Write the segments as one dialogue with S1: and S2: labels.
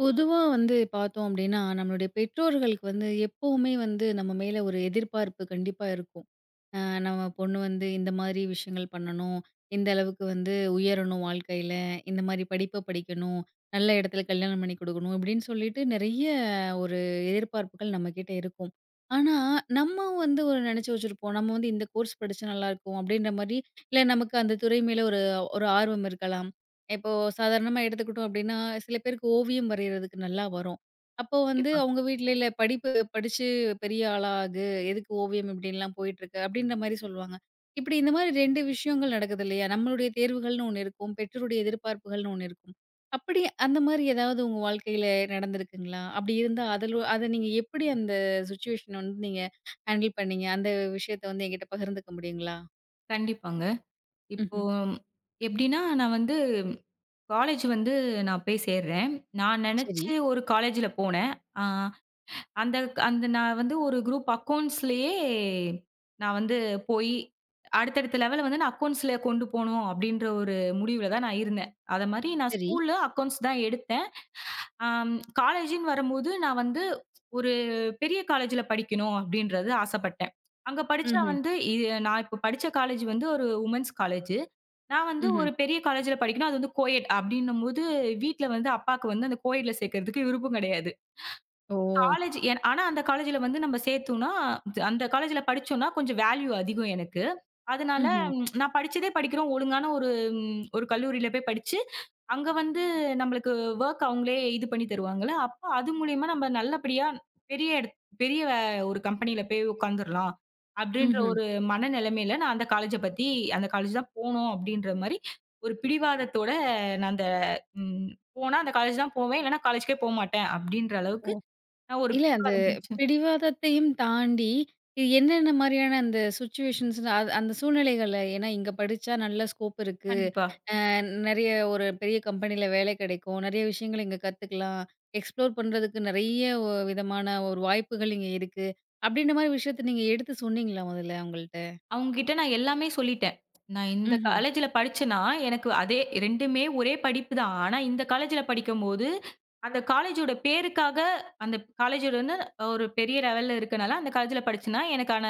S1: பொதுவா வந்து பார்த்தோம் அப்டின்னா, நம்மளுடைய பெற்றோர்களுக்கு வந்து எப்பவுமே வந்து நம்ம மேல ஒரு எதிர்பார்ப்பு கண்டிப்பா இருக்கும். அ நம்ம பொண்ணு வந்து இந்த மாரி விஷயங்கள் பண்ணணும். இந்த அளவுக்கு வந்து உயரணும் வாழ்க்கையில. இந்த மாரி படிப்ப படிக்கணும். நல்ல இடத்துல கல்யாணம் பண்ணி குடுக்கணும். இப்டின்னு சொல்லிட்டு நெறைய ஒரு எதிர்பார்ப்புகள் நம்மகிட்ட இருக்கும். ஆனா, நம்ம வந்து ஒரு நெனச்சு வச்சிருப்போம். நம்ம வந்து இந்த கோர்ஸ் படிச்சா நல்லாயிருக்கும் அப்டின்ற மாரி, இல்ல நமக்கு அந்த துறை மேல ஒரு ஒரு ஆர்வம் இருக்கலாம். இப்போ சாதாரணமா எடுத்துக்கிட்டோம் அப்படின்னா, சில பேருக்கு ஓவியம் வரையறதுக்கு நல்லா வரும். அப்போ வந்து
S2: கண்டிப்பா,
S1: அவங்க வீட்ல, "இல்ல படிப்பு படிச்சு பெரிய ஆளா ஆகு. எதுக்கு ஓவியம் இப்படின்லாம் போயிட்டுருக்க?" அப்படின்ற மாரி சொல்லுவாங்க. இப்படி இந்த மாரி 2 விஷயங்கள் நடக்குது இல்லையா? நம்மளுடைய தேர்வுகள்னு ஒண்ணு இருக்கும். பெற்றோருடைய எதிர்பார்ப்புகள்னு ஒண்ணு இருக்கும். அப்படி அந்த மாரி ஏதாவது உங்க வாழ்க்கையில நடந்திருக்குங்களா? அப்படி இருந்தா அதுல அத நீங்க எப்படி அந்த சிச்சுவேஷன வந்து நீங்க ஹேண்டில் பண்ணீங்க? அந்த விஷயத்த வந்து என்கிட்ட பகிர்ந்துக்க முடியுங்களா?
S2: கண்டிப்பாங்க. இப்போ
S1: ம்ஹ்ம்.
S2: எப்படின்னா, நான் வந்து காலேஜ் வந்து நான் போய் சேர்றேன். நான்
S1: சரி,
S2: நெனச்சு ஒரு காலேஜ்ல போனேன். அ அந்த அந்த நான் வந்து ஒரு குரூப் அக்கவுண்ட்ஸ்லயே நான் வந்து போய் அடுத்தடுத்த லெவல்ல வந்து நான் அக்கவுண்ட்ஸ்ல கொண்டு போணும் அப்படின்ற ஒரு முடிவுல தான் நான் இருந்தேன். அத மாரி நான்
S1: சரி.
S2: ஸ்கூல்ல அக்கவுண்ட்ஸ் தான் எடுத்தேன். ஆம், காலேஜ்ன்னு வரும்போது, நான் வந்து ஒரு பெரிய காலேஜ்ல படிக்கணும் அப்படின்றது ஆசைப்பட்டேன். அங்க படிச்சா
S1: ம்ஹ்ம்.
S2: வந்து நான் இப்ப படிச்ச காலேஜ் வந்து ஒரு வுமென்ஸ் காலேஜ். நான் வந்து
S1: ம்ஹ்ம்.
S2: ஒரு பெரிய காலேஜ்ல படிக்கணும். அது வந்து கோயட் அப்படின்னும்போது, வீட்ல வந்து அப்பாக்கு வந்து அந்த கோயட்ல சேர்க்கறதுக்கு விருப்பம் கிடையாது.
S1: ஓ!
S2: காலேஜ் என் ஆனா அந்த காலேஜ்ல வந்து நம்ம சேர்த்தோம்னா, அந்த காலேஜ்ல படிச்சோம்னா கொஞ்சம் வேல்யூ அதிகம் எனக்கு. அதனால
S1: ம்ஹ்ம்.
S2: நான் படிச்சதே படிக்கிறோம். ஒழுங்கான ஒரு ஒரு கல்லூரியில போய் படிச்சு, அங்க வந்து நம்மளுக்கு வொர்க் அவங்களே இது பண்ணி தருவாங்கல்ல. அப்ப அது மூலியமா நம்ம நல்லபடியா பெரிய இடத் ஒரு கம்பெனியில போய் உட்காந்துரலாம். அப்படின்ற
S1: ம்ஹ்ம்.
S2: ஒரு மனநிலைமையில நான் அந்த காலேஜ பத்தி அந்த காலேஜ் தான் போணும் அப்படின்ற மாரி ஒரு பிடிவாதத்தோட நான் அந்த ம் போனா அந்த காலேஜ் தான் போவேன். இல்லன்னா காலேஜ்க்கே போமாட்டேன் அப்படின்ற
S1: ஓ!
S2: அளவுக்கு நான் ஒரு
S1: இல்ல அந்த
S2: பிடிவாதம் பிடிச்சேன்.
S1: பிடிவாதத்தையும் தாண்டி, இது என்னென்ன மாரியான அந்த சிச்சுவேஷன்ஸ் அது அந்த சூழ்நிலைகள்ல ஏன்னா இங்க படிச்சா நல்ல ஸ்கோப் இருக்கு.
S2: கண்டிப்பா.
S1: அ நெறைய ஒரு பெரிய கம்பெனில வேலை கிடைக்கும். நெறைய விஷயங்கள் இங்க கத்துக்கலாம். எக்ஸ்ப்ளோர் பண்றதுக்கு நெறைய விதமான ஒரு வாய்ப்புகள் இங்க இருக்கு. அப்படின்ற மாரி விஷயத்த நீங்க எடுத்து சொன்னீங்களா முதல்ல அவங்கள்ட்ட?
S2: அவங்க கிட்ட நான் எல்லாமே சொல்லிட்டேன். நான் இந்த
S1: ம்ஹ்ம்.
S2: காலேஜ்ல படிச்சேன்னா, எனக்கு அதே 2மே ஒரே படிப்பு தான். ஆனா இந்த காலேஜ்ல படிக்கும்போது, அந்த காலேஜோட பேருக்காக அந்த காலேஜோட வந்து ஒரு பெரிய லெவல்ல இருக்கனால, அந்த காலேஜ்ல படிச்சேன்னா, எனக்கான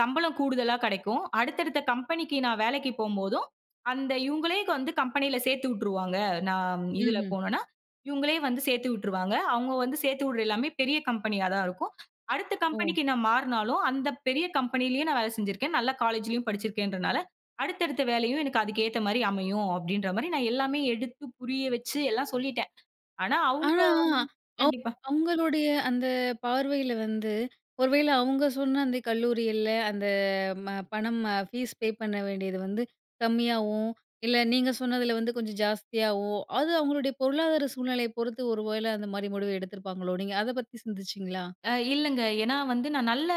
S2: சம்பளம் கூடுதலா கிடைக்கும். அடுத்தடுத்த கம்பெனிக்கு நான் வேலைக்கு போம்போதும், அந்த இவங்களே வந்து கம்பெனியில சேர்த்து விட்டுருவாங்க. நான் இதுல
S1: ம்ஹ்ம்.
S2: போனேன்னா, இவங்களே வந்து சேர்த்து விட்டுருவாங்க. அவங்க வந்து சேர்த்து விடுற எல்லாமே பெரிய கம்பெனியா தான் இருக்கும். அடுத்த
S1: ஓ!
S2: கம்பெனிக்கு நான் மாறுனாலும், அந்த பெரிய கம்பெனியிலயும் நான் வேலை செஞ்சிருக்கேன். நல்ல காலேஜ்லயும் படிச்சிருக்கேன்றனால, அடுத்தடுத்த வேலையும் எனக்கு அதுக்கு ஏத்த மாரி அமையும் அப்படின்ற மாரி நான் எல்லாமே எடுத்து புரிய வச்சு எல்லாம் சொல்லிட்டேன். ஆனா அவங்க
S1: ஆனா, அவ்
S2: கண்டிப்பா
S1: அவங்களுடைய அந்த பார்வையில வந்து, ஒருவேள அவங்க சொன்ன அந்த கல்லூரியில அந்த பணம் ஃபீஸ் பே பண்ண வேண்டியது வந்து கம்மியாவும், இல்ல நீங்க சொன்னதுல வந்து கொஞ்சம் ஜாஸ்தியாவோ, அது அவங்களுடைய பொருளாதார சூழ்நிலைய பொறுத்து ஒருவேள அந்த மாரி முடிவு எடுத்திருப்பாங்களோ? நீங்க அத பத்தி சிந்திச்சீங்களா?
S2: இல்லங்க. ஏன்னா வந்து நான் நல்ல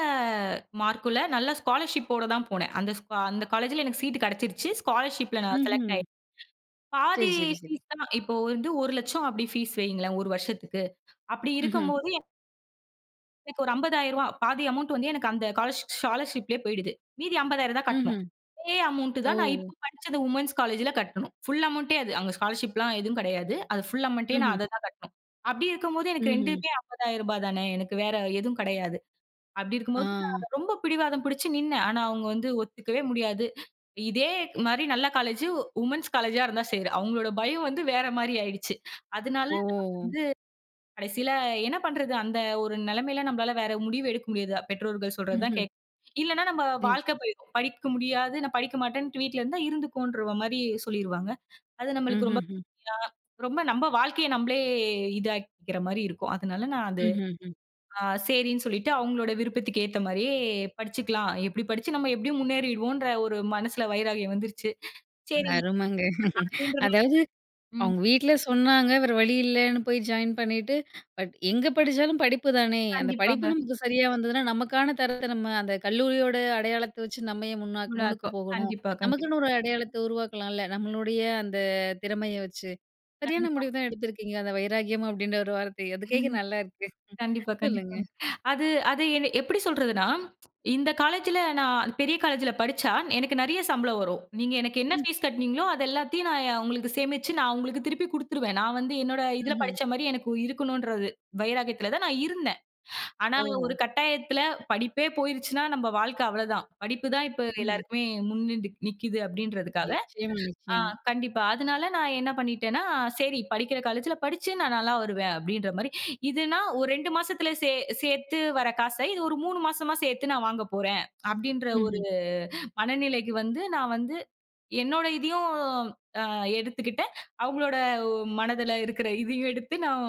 S2: மார்க்குல நல்ல ஸ்காலர்ஷிப்போட தான் போனேன். அந்த காலேஜ்ல எனக்கு சீட் கிடைச்சிருச்சு. ஸ்காலர்ஷிப்ல நான் செலக்ட்
S1: ம்ஹ்ம்.
S2: ஆயி
S1: சரி,
S2: பாதி
S1: சரி, சரி.
S2: ஃபீஸ் தான் இப்போ வந்து 1,00,000 அப்படி ஃபீஸ் வையுங்களேன் ஒரு வருஷத்துக்கு. அப்படி
S1: ம்ஹ்ம்.
S2: இருக்கும்போது எனக்கு ஒரு ரூ. 50,000 பாதி அமௌண்ட் வந்து எனக்கு அந்த காலர்ஷ் ஸ்காலர்ஷிப்லயே போயிடுது. மீதி 50,000 தான் கட்டணும்.
S1: ம்ஹ்ம்.
S2: அதே அமௌண்ட்
S1: ஓ!
S2: தான் நான் இப்ப படிச்சது வுமன்ஸ் காலேஜ்ல கட்டணும். ஃபுல் அமௌண்ட்டே அது. அங்க ஸ்காலர்ஷிப்லாம் எதுவும் கிடையாது. அது ஃபுல் அமௌண்ட்டே
S1: ம்ஹ்ம்.
S2: நான் அத தான் கட்டணும். அப்படி இருக்கும்போது எனக்கு
S1: ம்ஹ்ம்.
S2: 2மே ரூ. 50,000 தானே. எனக்கு வேற எதுவும் கிடையாது. அப்படி
S1: ஆ.
S2: இருக்கும்போது நான் ரொம்ப பிடிவாதம் பிடிச்சு நின்னேன். ஆனா அவங்க வந்து ஒத்துக்கவே முடியாது. இதே மாரி நல்ல காலேஜ் வுமன்ஸ் காலேஜா இருந்தா சரி. அவங்களோட பயம் வந்து வேற மாரி ஆயிடுச்சு. அதனால
S1: ஓ!
S2: நான் வந்து கடைசியில என்ன பண்றது? அந்த ஒரு நிலைமையில நம்மளால வேற முடிவு எடுக்க முடியாது. பெற்றோர்கள் சொல்றது தான்
S1: ம்ஹ்ம்.
S2: கேட்கணும். இல்லன்னா நம்ம
S1: ம்.
S2: வாழ்க்கை போயிடும். படிக்க முடியாது, நான் படிக்க மாட்டேன்ட்டு வீட்ல இருந்தா இருந்துக்கோன்ற மாரி சொல்லிருவாங்க. அது நம்மளுக்கு ரொம்ப
S1: ம்ஹ்ஹ்ம்.
S2: ரொம்ப நம்ம வாழ்க்கைய நம்மளே இதாக்கிக்கிற மாரி இருக்கும். அதனால நான் அது
S1: ம்ஹ்ஹ்ம்.
S2: அ சரின்னு சொல்லிட்டு அவங்களோட விருப்பத்துக்கு ஏத்த மாரியே படிச்சுக்கலாம். எப்படி படிச்சு நம்ம எப்படியும் முன்னேறிடுவோன்ற ஒரு மனசுல வைராகியம் வந்துருச்சு. சரி
S1: அருமங்க.
S2: அப்படின்ற
S1: அதாவது
S2: ம்.
S1: அவங்க வீட்ல சொன்னாங்க. வேற வழி இல்லன்னு போய் ஜாயின் பண்ணிட்டு, பட் எங்க படிச்சாலும் படிப்பு தானே! அந்த
S2: கண்டிப்பாங்க.
S1: படிப்பு நமக்கு சரியா வந்ததுன்னா, நமக்கான தரத்த நம்ம அந்த கல்லூரியோட அடையாளத்த வச்சு நம்ம ஏன் முன்னா முன்னுக்கு
S2: நல்லாருக்கும்.
S1: போகணும்?
S2: கண்டிப்பா, கண்டிப்பா,
S1: நமக்குன்னு ஒரு அடையாளத்த உருவாக்கலாம்ல. நம்மளுடைய அந்த திறமைய வச்சு. சரியான
S2: கண்டிப்பா.
S1: முடிவு தான் எடுத்திருக்கீங்க. அந்த வைராக்கியம் அப்டின்ற ஒரு வார்த்தை. அது கேக்க நல்லா இருக்கு.
S2: கண்டிப்பா,
S1: சொல்லுங்க.
S2: கண்டிப்பாங்க. அது அது என்ன எப்படி சொல்றதுன்னா, இந்த காலேஜ்ல நான் பெரிய காலேஜ்ல படிச்சா, எனக்கு நெறைய சம்பளம் வரும். நீங்க எனக்கு என்ன
S1: ம்.
S2: ஃபீஸ் கட்டுனீங்களோ, அது எல்லாத்தையும் நான் உங்களுக்கு சேமிச்சு, நான் உங்களுக்கு திருப்பி குடுத்துருவேன். நான் வந்து என்னோட இதுல
S1: ம்ஹ்ம்.
S2: படிச்ச மாரி எனக்கு இருக்கணும்ன்றது வைராக்கியத்துல தான் நான் இருந்தேன். ஆனா,
S1: ஓஹோ!
S2: ஒரு கட்டாயத்துல படிப்பே போயிருச்சுன்னா, நம்ம வாழ்க்கை அவ்வளதான். படிப்பு தான் இப்ப
S1: ம்ஹ்ம்.
S2: எல்லாருக்குமே முன்னின்று நிக்குது அப்படின்றதுக்காக
S1: நிச்சயமா,
S2: ஆ
S1: நிச்சயமா.
S2: கண்டிப்பா. அதனால நான் என்ன பண்ணிட்டேன்னா, சரி படிக்கிற காலேஜ்ல படிச்சு நான் நல்லா வருவேன் அப்படின்ற மாரி. இதுனா ஒரு 2 மாசத்துல சேர்த்து வர காச, இது ஒரு 3 மாசமா சேர்த்து நான் வாங்க போறேன். அப்படின்ற ஒரு
S1: ம்ஹ்ம்.
S2: மனநிலைக்கு வந்து நான் வந்து என்னோட இதையும் அ எடுத்துக்கிட்டேன். அவங்களோட மனதுல இருக்கிற இதையும் எடுத்து நான்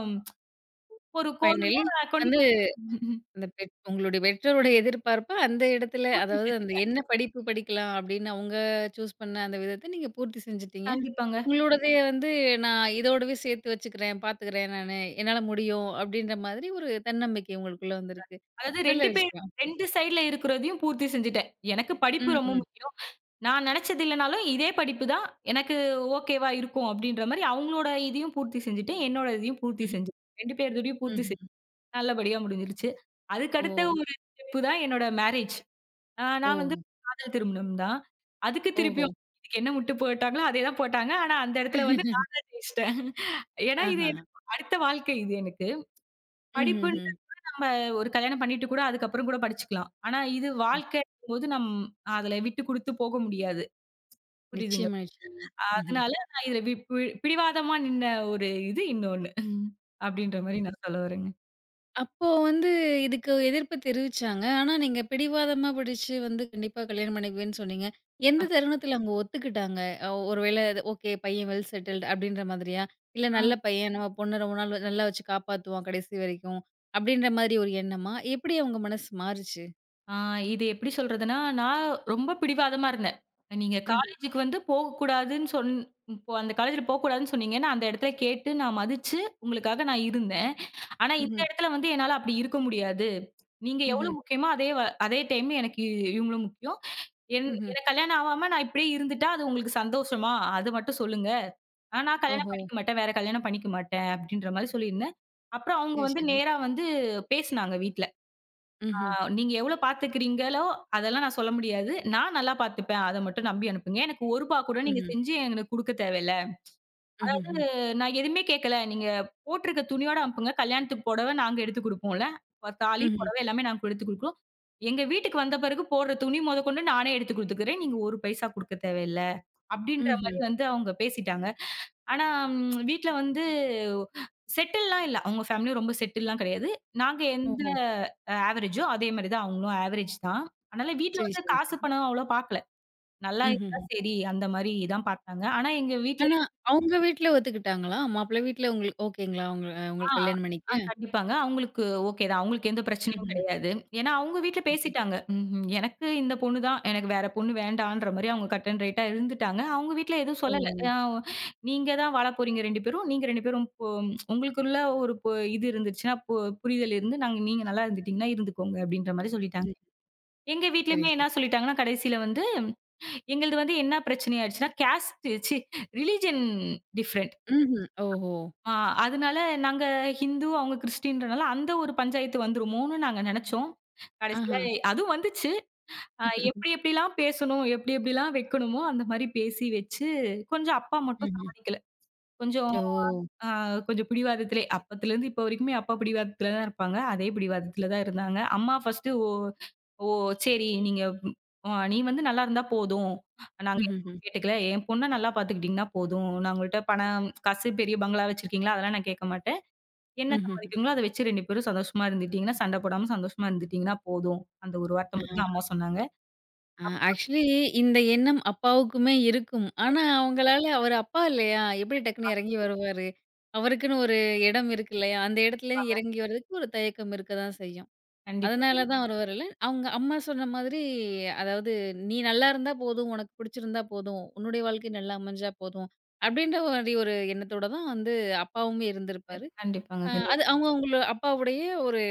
S2: ஒரு
S1: ஃபைனலி
S2: கோர்வையா நான் கொண்டு
S1: அந்த
S2: போய்
S1: அந்த உங்களுடைய பெற்றோருடைய எதிர்பார்ப்ப அந்த இடத்துல
S2: பூர்த்தி
S1: அதாவது அந்த
S2: செஞ்சுட்டேன்.
S1: என்ன படிப்பு படிக்கலாம் அப்படின்னு அவங்க சூஸ் பண்ண அந்த விதத்த நீங்க பூர்த்தி செஞ்சுட்டீங்க.
S2: கண்டிப்பாங்க.
S1: உங்களுடையதைய வந்து நான் இதோடவே சேர்த்து வச்சுக்கிறேன், பார்த்துக்கிறேன் நானு. என்னால முடியும் அப்படின்ற மாதிரி ஒரு தன்னம்பிக்கை உங்களுக்குள்ள வந்திருக்கு.
S2: அதாவது
S1: நல்ல
S2: 2 பேர்
S1: விஷயம்.
S2: 2 சைடுல இருக்கிறதையும் பூர்த்தி செஞ்சுட்டேன். எனக்கு படிப்பு
S1: ம்,
S2: ரொம்ப
S1: ம்.
S2: முக்கியம். நான் நினைச்சது இல்லனாலும், இதே படிப்பு தான் எனக்கு ஓகேவா இருக்கும் அப்டின்ற மாரி அவங்களோட இதையும் பூர்த்தி செஞ்சுட்டேன். என்னோட இதையும் பூர்த்தி
S1: ம்ஹ்ம்.
S2: செஞ்சேன். 2 பேருடையும் பூர்த்தி செஞ்சு
S1: ம்ஹ்ம்.
S2: நல்லபடியா முடிஞ்சிருச்சு.
S1: ஓ!
S2: அதுக்கடுத்த ஒரு ஸ்டெப்பு தான் என்னோட மேரேஜ்.
S1: ஓ!
S2: நான் வந்து காதல் திருமணம் தான். அதுக்கு
S1: ஓஹோ!
S2: திருப்பியும் இதுக்கு என்ன முட்டு போட்டாங்களோ, அதே தான் போட்டாங்க. ஆனா அந்த இடத்துல வந்து நான் தான் ஜெயிச்சுட்டேன். ஏன்னா இது
S1: ஆஹா!
S2: எனக்கு அடுத்த வாழ்க்கை இது எனக்கு.
S1: ம்ஹ்ஹ்ம்.
S2: படிப்புன்றது நம்ம ஒரு கல்யாணம் பண்ணிட்டு கூட அதுக்கப்புறம் கூட படிச்சுக்கலாம். ஆனா இது வாழ்க்கைங்கும்போது நம் அதுல விட்டு குடுத்து போக முடியாது. புரியுதுங்களா?
S1: நிச்சயமா, நிச்சயமா. ம்ஹ்ம்.
S2: அதனால நான் இதுல வி பி பிடிவாதமா நின்ன ஒரு இது இன்னொன்னு. அப்படின்ற மாரி நான் சொல்ல வரேங்க.
S1: அப்போ வந்து இதுக்கு எதிர்ப்பு தெரிவிச்சாங்க. ஆனா, நீங்க பிடிவாதமா பிடிச்சு வந்து கண்டிப்பா கல்யாணம் பண்ணிக்குவேன்னு சொன்னீங்க. எந்த தருணத்துல அவங்க ஒத்துக்கிட்டாங்க? ஒருவேள அது ஓகே பையன் வெல் செட்டில்டு அப்படின்ற மாதிரியா? இல்ல நல்ல
S2: ஆ.
S1: பையன் நம்ம பொண்ண ரொம்ப நாள் நல்லா வச்சு காப்பாத்துவான் கடைசி வரைக்கும் அப்படின்ற மாதிரி ஒரு எண்ணமா? எப்படி அவங்க மனசு மாறுச்சு?
S2: ஆ இது எப்படி சொல்றதுன்னா, நான் ரொம்ப பிடிவாதமா இருந்தேன். நீங்க
S1: ம்ஹ்ம்.
S2: காலேஜுக்கு வந்து போகக்கூடாதுன்னு சொன் இப்போ அந்த காலேஜ்ல போகக்கூடாதுன்னு சொன்னீங்க. நான் அந்த இடத்துல கேட்டு நான் மதிச்சு, உங்களுக்காக நான் இருந்தேன். ஆனா இந்த
S1: ம்ஹ்ம்.
S2: இடத்துல வந்து என்னால அப்படி இருக்க முடியாது. நீங்க எவ்வளோ
S1: ம்ஹ்ம்.
S2: முக்கியமோ அதே அதே டைம் எனக்கு இவங்களும் முக்கியம். என்
S1: ம்ஹ்ம்.
S2: எனக்கு கல்யாணம் ஆவாம நான் இப்படியே இருந்துட்டா, அது உங்களுக்கு சந்தோஷமா? அது மட்டும் சொல்லுங்க. ஆனா நான் கல்யாணம்
S1: ஓஹோ!
S2: பண்ணிக்க மாட்டேன். வேற கல்யாணம் பண்ணிக்க மாட்டேன். அப்படின்ற மாரி சொல்லியிருந்தேன். அப்புறம் அவங்க
S1: சரி,
S2: வந்து
S1: சரி.
S2: நேரா வந்து பேசினாங்க வீட்ல.
S1: ம்ஹ்ம்.
S2: நீங்க எவ்வளோ பார்த்துக்கிறீங்களோ, அதெல்லாம் நான் சொல்ல முடியாது. நான் நல்லா பார்த்துப்பேன். அத மட்டும் நம்பி அனுப்புங்க. எனக்கு ரூ. 1 கூட நீங்க
S1: ம்ஹ்ம்.
S2: செஞ்சு எனக்கு குடுக்க தேவையில்ல.
S1: ம்ஹ்ஹ்ம்.
S2: நான் எதுவுமே கேட்கல. நீங்க போட்டிருக்க துணியோட அனுப்புங்க. கல்யாணத்துக்கு புடவை நாங்க எடுத்து குடுப்போம்ல. தாலி,
S1: ம்ஹ்ம்.
S2: புடவை எல்லாமே நாங்க எடுத்து குடுக்குறோம். எங்க வீட்டுக்கு வந்த பிறகு போடுற துணி மொதக்கொண்டு நானே எடுத்து குடுத்துக்கிறேன். நீங்க ஒரு பைசா குடுக்க தேவையில்ல." அப்படின்ற
S1: ம்ஹ்ம்.
S2: மாரி வந்து அவங்க பேசிட்டாங்க. ஆனா வீட்ல வந்து செட்டில்லாம் இல்ல. அவங்க ஃபேமிலி ரொம்ப செட்டில்லாம் கிடையாது. நாங்க எந்த
S1: ஓஹோ!
S2: ஆவரேஜோ அதே மாரி தான் அவங்களும் ஆவரேஜ் தான். அதனால வீட்ல
S1: சரி,
S2: வந்து
S1: சரி,
S2: காசு
S1: சரி.
S2: பணம் அவ்வளோ பார்க்கல. நல்லா
S1: ம்ஹ்ம்.
S2: இருந்தா சரி அந்த மாரி தான் பார்த்தாங்க. ஆனா எங்க வீட்ல
S1: ஆனா, அவங்க வீட்ல ஒத்துக்கிட்டாங்களா? மாப்பிள்ளை வீட்ல உங்களுக்கு ஓகேங்களா?
S2: ஆ,
S1: உங்களுக்கு கல்யாணம் பண்ணிக்க?
S2: ஆ கண்டிப்பாங்க. அவங்களுக்கு ஓகே தான். அவங்களுக்கு எந்த பிரச்சனையும்
S1: ம்ஹ்ம்.
S2: கிடையாது. ஏன்னா, அவங்க வீட்ல
S1: ம்ஹ்ம்.
S2: பேசிட்டாங்க. ம்ஹ்ம். எனக்கு இந்த பொண்ணு தான். எனக்கு வேற பொண்ணு வேண்டான்ற மாரி அவங்க கட் அண்ட் ரைட்டா இருந்துட்டாங்க. அவங்க வீட்ல எதுவும்
S1: ஓ!
S2: சொல்லல. நீங்க தான் வாழ போறீங்க 2 பேரும். நீங்க 2 பேரும் இப்போ உங்களுக்குள்ள ஒரு பொ இது இருந்துச்சுன்னா, புரிதல் இருந்து நாங்க நீங்க நல்லா இருந்துட்டீங்கன்னா இருந்துக்கோங்க அப்படின்ற மாரி சொல்லிட்டாங்க.
S1: ம்.
S2: எங்க
S1: சரி,
S2: வீட்லயுமே
S1: சரி.
S2: என்ன சொல்லிட்டாங்கன்னா, கடைசியில வந்து எங்களுது வந்து என்ன பிரச்சனை ஆயிடுச்சுன்னா, கேஸ்ட் ரிலிஜன் டிஃபரெண்ட்.
S1: ம்ஹ்ம். ஓஹோ!
S2: ஆ அதனால நாங்க ஹிந்து, அவங்க கிறிஸ்டின்றனால அந்த ஒரு பஞ்சாயத்து வந்துருமோன்னு நாங்க நெனச்சோம். கடைசில
S1: ஆஹா.
S2: அதுவும் வந்துச்சு. எப்படி எப்படிலாம் பேசணும், எப்படி எப்படிலாம் வைக்கணுமோ, அந்த மாரி பேசி வச்சு, கொஞ்சம் அப்பா மட்டும்
S1: ம்ஹ்ம்.
S2: சம்மதிக்கல. கொஞ்சம்
S1: ஓ!
S2: அ கொஞ்சம் பிடிவாதத்திலே அப்பத்துலருந்து இப்போ வரைக்குமே அப்பா பிடிவாதத்துல தான் இருப்பாங்க. அதே பிடிவாதத்துல தான் இருந்தாங்க. அம்மா ஃபர்ஸ்ட்டு ஓ ஓ சரி நீங்க ம் நீ வந்து நல்லா இருந்தா போதும். நாங்க
S1: ம்ஹ்ஹ்ம்.
S2: எதுவும் கேட்டுக்கல. என் பொண்ண நல்லா பாத்துக்கிட்டீங்கன்னா போதும். நான் உங்கள்ட்ட பணம், காசு பெரிய பங்களா வச்சிருக்கீங்களா? அதெல்லாம் நான் கேட்க மாட்டேன். என்ன
S1: ம்ஹ்ஹ்ம்.
S2: சம்பாதிக்கிறீங்களோ அத வச்சு 2 பேரும் சந்தோஷமா இருந்துட்டீங்கன்னா, சண்டை போடாம சந்தோஷமா இருந்துட்டீங்கன்னா போதும். அந்த ஒரு வார்த்தை மட்டும் தான் அம்மா சொன்னாங்க.
S1: ஆ ஆக்சுவலி இந்த எண்ணம் அப்பாவுக்குமே இருக்கும்.
S2: அப்போ
S1: ஆனா,
S2: கண்டிப்பா,
S1: அவங்களால அவர் அப்பா இல்லையா? எப்படி
S2: கண்டிப்பா,
S1: டக்குன்னு எறங்கி வருவாரு? அவருக்குன்னு ஒரு இடம் இருக்கு இல்லையா? அந்த இடத்துல
S2: கண்டிப்பாங்க.
S1: இறங்கி வர்றதுக்கு ஒரு தயக்கம் இருக்க தான் செய்யும்.
S2: கண்டிப்பா,
S1: அதனால
S2: கண்டிப்பா.
S1: தான் அவர் வரல. அவங்க அம்மா சொன்ன மாதிரி, அதாவது "நீ நல்லா இருந்தா போதும், உனக்கு பிடிச்சிருந்தா போதும், உன்னுடைய வாழ்க்கை நல்லா அமைஞ்சா போதும்" அப்படின்ற மாரி ஒரு எண்ணத்தோட தான் வந்து அப்பாவுமே இருந்திருப்பாரு.
S2: கண்டிப்பாங்க,
S1: அது
S2: கண்டிப்பா.
S1: அவங்கள அப்பாவுடைய ஒரு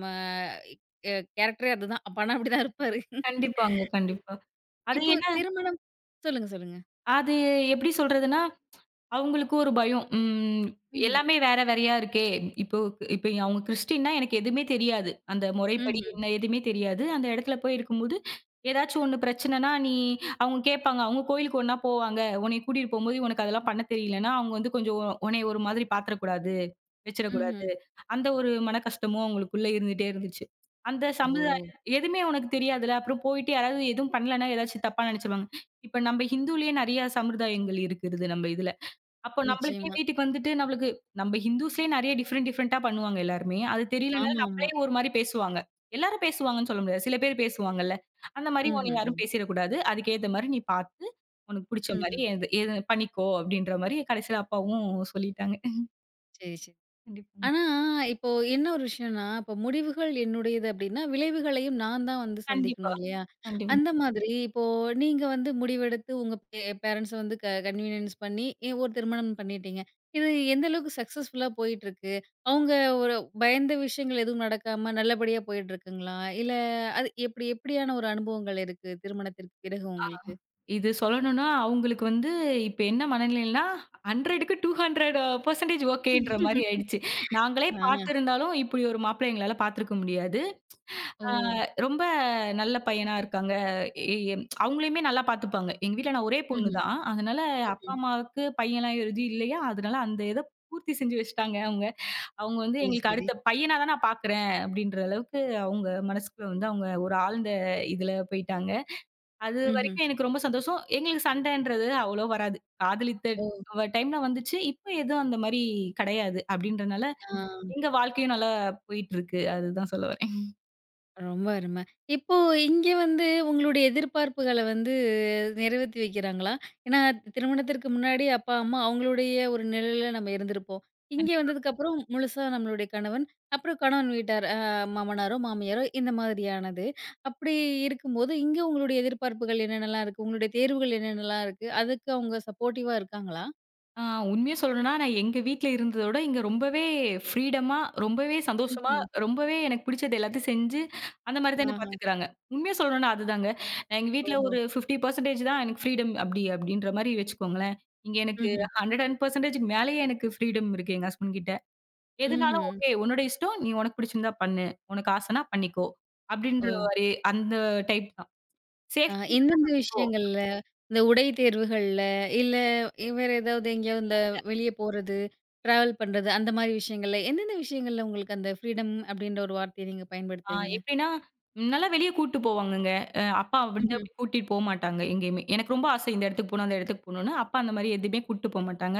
S1: ம அ கேரக்டரே அதுதான். அப்பான்னா அப்படிதான் இருப்பாரு.
S2: கண்டிப்பாங்க, கண்டிப்பா. அது
S1: இப்போ
S2: என்ன
S1: திருமணம் சொல்லுங்க, சொல்லுங்க.
S2: அது எப்படி சொல்றதுன்னா, அவங்களுக்கு ஒரு பயம்.
S1: ம்ஹ்ம்.
S2: எல்லாமே வேற வேறயா இருக்கே! இப்போ இப்ப அவங்க கிறிஸ்டின்னா எனக்கு எதுவுமே தெரியாது. அந்த முறைப்படி
S1: ம்ஹ்ம்.
S2: என்ன எதுவுமே தெரியாது. அந்த இடத்துல போய் இருக்கும்போது, ஏதாச்சும் ஒண்ணு பிரச்சனைன்னா, நீ அவங்க கேட்பாங்க. அவங்க கோயிலுக்கு ஒண்ணா போவாங்க. உன்னைய கூட்டிட்டு போம்போது உனக்கு அதெல்லாம் பண்ண தெரியலன்னா, அவங்க வந்து கொஞ்சம் உன்னைய ஒரு மாதிரி பார்த்துறக்கூடாது, வச்சிடக்கூடாது.
S1: ம்ஹ்ம்.
S2: அந்த ஒரு மன கஷ்டமும் அவங்களுக்குள்ள இருந்துட்டே இருந்துச்சு. அந்த சமுதாயம்
S1: ஓ!
S2: எதுவுமே உனக்கு தெரியாதுல்ல. அப்புறம் போயிட்டு யாராவது எதுவும் பண்ணலன்னா ஏதாச்சும் தப்பா நினைச்சுருவாங்க. இப்ப நம்ம ஹிந்துலயே நெறைய சம்பிரதாயங்கள் இருக்குது நம்ம இதுல. அப்போ நம்மளுக்கே
S1: நிச்சயமா.
S2: வீட்டுக்கு வந்துட்டு நம்மளுக்கு நம்ம ஹிந்துஸ்லயே நெறைய டிஃபரெண்ட் டிஃபரெண்ட்டா பண்ணுவாங்க எல்லாருமே. அது தெரியலனாலும் நம்மளே
S1: ஆமாமா.
S2: ஒரு மாரி பேசுவாங்க. எல்லாரும் பேசுவாங்கன்னு சொல்ல முடியாது. சில பேர் பேசுவாங்கல்ல. அந்த மாரி உன்ன
S1: ம்ஹ்ம்.
S2: யாரும்
S1: ம்.
S2: பேசிறக்கூடாது. அதுக்கேத்த மாரி நீ பார்த்து உனக்கு புடிச்ச மாரி
S1: ம்ஹ்ம்.
S2: எது எது பண்ணிக்கோ அப்டின்ற மாரி கடைசில அப்பாவும் சொல்லிட்டாங்க.
S1: சரி, சரி.
S2: கண்டிப்பாங்க.
S1: ஆனா, இப்போ என்ன ஒரு விஷயம்னா, இப்போ முடிவுகள் என்னுடையது அப்டின்னா, விளைவுகளையும் நான் தான் வந்து
S2: கண்டிப்பா,
S1: சந்திக்கணும் இல்லையா?
S2: கண்டிப்பா.
S1: அந்த மாதிரி இப்போ நீங்க வந்து முடிவெடுத்து உங்க பேரண்ட்ஸ வந்து கன்வீனியன்ஸ் பண்ணி ஒரு திருமணம் பண்ணிட்டீங்க. இது எந்த அளவுக்கு சக்சஸ்ஃபுல்லா போயிட்டுருக்கு? அவங்க ஒரு பயந்த விஷயங்கள் எதுவும் நடக்காம நல்லபடியா போயிட்டுருக்குங்களா? இல்ல அது எப்டி எப்டியான ஒரு அனுபவங்கள் இருக்கு திருமணத்திற்கு பிறகு உங்களுக்கு?
S2: இது சொல்லணும்னா அவங்களுக்கு வந்து இப்ப என்ன மனநிலைன்னா 100க்கு 200% ஓகேன்ற மாரி ஆயிடுச்சு. நாங்களே
S1: ஆ.
S2: பார்த்திருந்தாலும் இப்டி ஒரு மாப்பிள்ளை எங்களால பார்த்திருக்க முடியாது.
S1: ஓ!
S2: ஆ ரொம்ப நல்ல பையனா இருக்காங்க. எம் அவங்களையுமே நல்லா பார்த்துப்பாங்க. எங்க வீட்ல நான் ஒரே பொண்ணு
S1: ம்ஹ்ம்.
S2: தான். அதனால அப்பா,
S1: ம்ஹ்ம்.
S2: அம்மாவுக்கு பையன்லாம் எதுவும் இல்லையா, அதனால அந்த இத பூர்த்தி செஞ்சு வச்சுட்டாங்க அவங்க. அவங்க வந்து
S1: சரி,
S2: எங்களுக்கு ம்ஹ்ம்.
S1: சரி.
S2: அடுத்த பையனா தான் நான் பார்க்குறேன் அப்படின்ற அளவுக்கு அவங்க மனசுக்குள்ள வந்து அவங்க ஒரு ஆழ்ந்த இதுல போயிட்டாங்க. அது
S1: ம்ஹ்ம்.
S2: வரைக்கும் எனக்கு ரொம்ப சந்தோஷம். எங்களுக்கு சண்டைன்றது அவ்வளோ வராது. காதலித்த
S1: ஓ!
S2: டைம்ல வந்துச்சு. இப்ப எதுவும் அந்த மாரி கிடையாது. அப்படின்றனால
S1: ஆ.
S2: எங்க வாழ்க்கையும் நல்லா போயிட்டு இருக்கு. அதுதான் சொல்ல வரேன்.
S1: ரொம்ப அருமை. இப்போ இங்க வந்து உங்களுடைய எதிர்பார்ப்புகள வந்து நிறைவேத்தி வைக்கிறாங்களா? ஏன்னா திருமணத்திற்கு முன்னாடி அப்பா, அம்மா அவங்களுடைய ஒரு நிழல்ல நம்ம இருந்திருப்போம். இங்க
S2: கண்டிப்பா.
S1: வந்ததுக்கப்புறம் முழுசா நம்மளுடைய கணவன், அப்புறம் கணவன் வீட்டார் மாமனாரோ, மாமியாரோ இந்த மாதிரியானது. அப்படி இருக்கும்போது இங்க உங்களுடைய எதிர்பார்ப்புகள் என்னென்னலாம் இருக்கு? உங்களுடைய தேர்வுகள் என்னென்னலாம் இருக்கு? அதுக்கு அவங்க சப்போர்ட்டிவா இருக்காங்களா?
S2: ஆ உண்மைய சொல்லணும்னா, நான் எங்க வீட்ல இருந்தத விட, இங்க ரொம்பவே ஃப்ரீடமா, ரொம்பவே சந்தோஷமா,
S1: ம்ஹ்ம்.
S2: ரொம்பவே எனக்கு பிடிச்சது எல்லாத்தையும் செஞ்சு, அந்த மாரி தான் என்ன
S1: ஆஹா.
S2: பார்த்துக்கிறாங்க. உண்மைய சொல்லணும்னா அதுதாங்க. நான் எங்க வீட்ல
S1: ஓஹோ!
S2: ஒரு 50% தான் எனக்கு ஃப்ரீடம் அப்டி அப்டின்ற மாரி வச்சுக்கோங்களேன். இங்க எனக்கு
S1: ம்ஹ்ம்.
S2: 110%க்கு மேலேயே எனக்கு ஃப்ரீடம் இருக்கு எங்க ஹஸ்பண்ட் கிட்ட. எதுனாலும்
S1: ம்ஹ்ம்.
S2: ஓகே உன்னோட இஷ்டம். நீ உனக்கு பிடிச்சிருந்தா பண்ணு. உனக்கு ஆசைனா பண்ணிக்கோ.
S1: ஓ!
S2: அப்டின்ற மாரி அந்த டைப் தான்.
S1: ஆ
S2: சேஃப்டி இருந்தா
S1: எந்தெந்த
S2: பண்ணிக்கோ.
S1: விஷயங்கள்ல? இந்த உடை தேர்வுகள்ல, இல்ல வேற ஏதாவது எங்கேயாவது இந்த வெளிய போறது, ட்ராவல் பண்றது அந்த மாரி விஷயங்கள்ல, எந்தெந்த விஷயங்கள்ல உங்களுக்கு அந்த ஃப்ரீடம் அப்டின்ற ஒரு வார்த்தைய நீங்க பயன்படுத்துறீங்க?
S2: எப்டின்னா, நல்லா வெளிய கூட்டு போவாங்கங்க. அப்பா வந்து
S1: ம்ஹ்ம்,
S2: அப்டி கூட்டிட்டு போமாட்டாங்க எங்கேயுமே. எனக்கு ரொம்ப ஆசை இந்த இடத்துக்கு போணும், அந்த இடத்துக்கு போணும்னு. அப்பா அந்த மாரி எதுவுமே கூட்டு போமாட்டாங்க.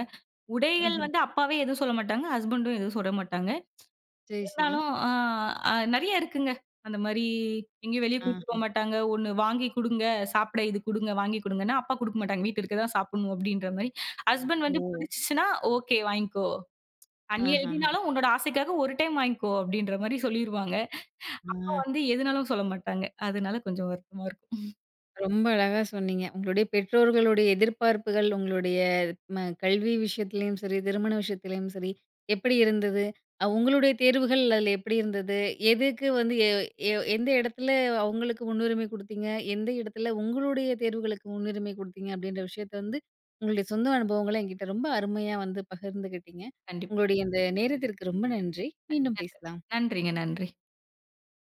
S2: உடைகள்
S1: ம்ஹ்ம்.
S2: வந்து அப்பாவே எதுவும் சொல்ல மாட்டாங்க. ஹஸ்பண்டும் எதுவும் சொல்ல மாட்டாங்க.
S1: சரி, சரி.
S2: இருந்தாலும் நெறைய இருக்குங்க. அந்த மாரி எங்கேயும் வெளிய கூட்டு
S1: ஆஹா.
S2: போமாட்டாங்க. "ஒண்ணு வாங்கி குடுங்க, சாப்பிட இது குடுங்க, வாங்கி குடுங்கன்னா" அப்பா குடுக்க மாட்டாங்க. வீட்ல இருக்க தான் சாப்பிடணும் அப்டின்ற மாரி. ஹஸ்பண்ட் வந்து
S1: ஓ!
S2: "பிடிச்சுச்சுன்னா, ஓகே வாங்கிக்கோ. தனியா
S1: ஆஹாஹா.
S2: எழுதினாலும் உன்னோட ஆசைக்காக ஒரு டைம் வாங்கிக்கோ" அப்டின்ற மாரி சொல்லிருவாங்க.
S1: ஆ.
S2: அப்பா வந்து எதுனாலும் சொல்ல மாட்டாங்க. அதனால கொஞ்சம் வருத்தமா இருக்கும்.
S1: ரொம்ப அழகா சொன்னீங்க. உங்களுடைய பெற்றோர்களுடைய எதிர்பார்ப்புகள், உங்களுடைய கல்வி விஷயத்திலயும் சரி, திருமண விஷயத்திலயும் சரி, எப்படி இருந்தது? உங்களுடைய தேர்வுகள் அதில எப்படி இருந்தது? எதுக்கு வந்து எ எ எந்த இடத்துல அவங்களுக்கு முன்னுரிமை குடுத்தீங்க? எந்த இடத்துல உங்களுடைய தேர்வுகளுக்கு முன்னுரிமை குடுத்தீங்க? அப்படின்ற விஷயத்த வந்து, உங்களுடைய சொந்த அனுபவங்கள என்கிட்ட ரொம்ப அருமையா வந்து பகிர்ந்துக்கிட்டீங்க.
S2: கண்டிப்பா.
S1: உங்களுடைய இந்த நேரத்திற்கு ரொம்ப நன்றி. மீண்டும்
S2: நன்றி.
S1: பேசலாம்.
S2: நன்றிங்க, நன்றி.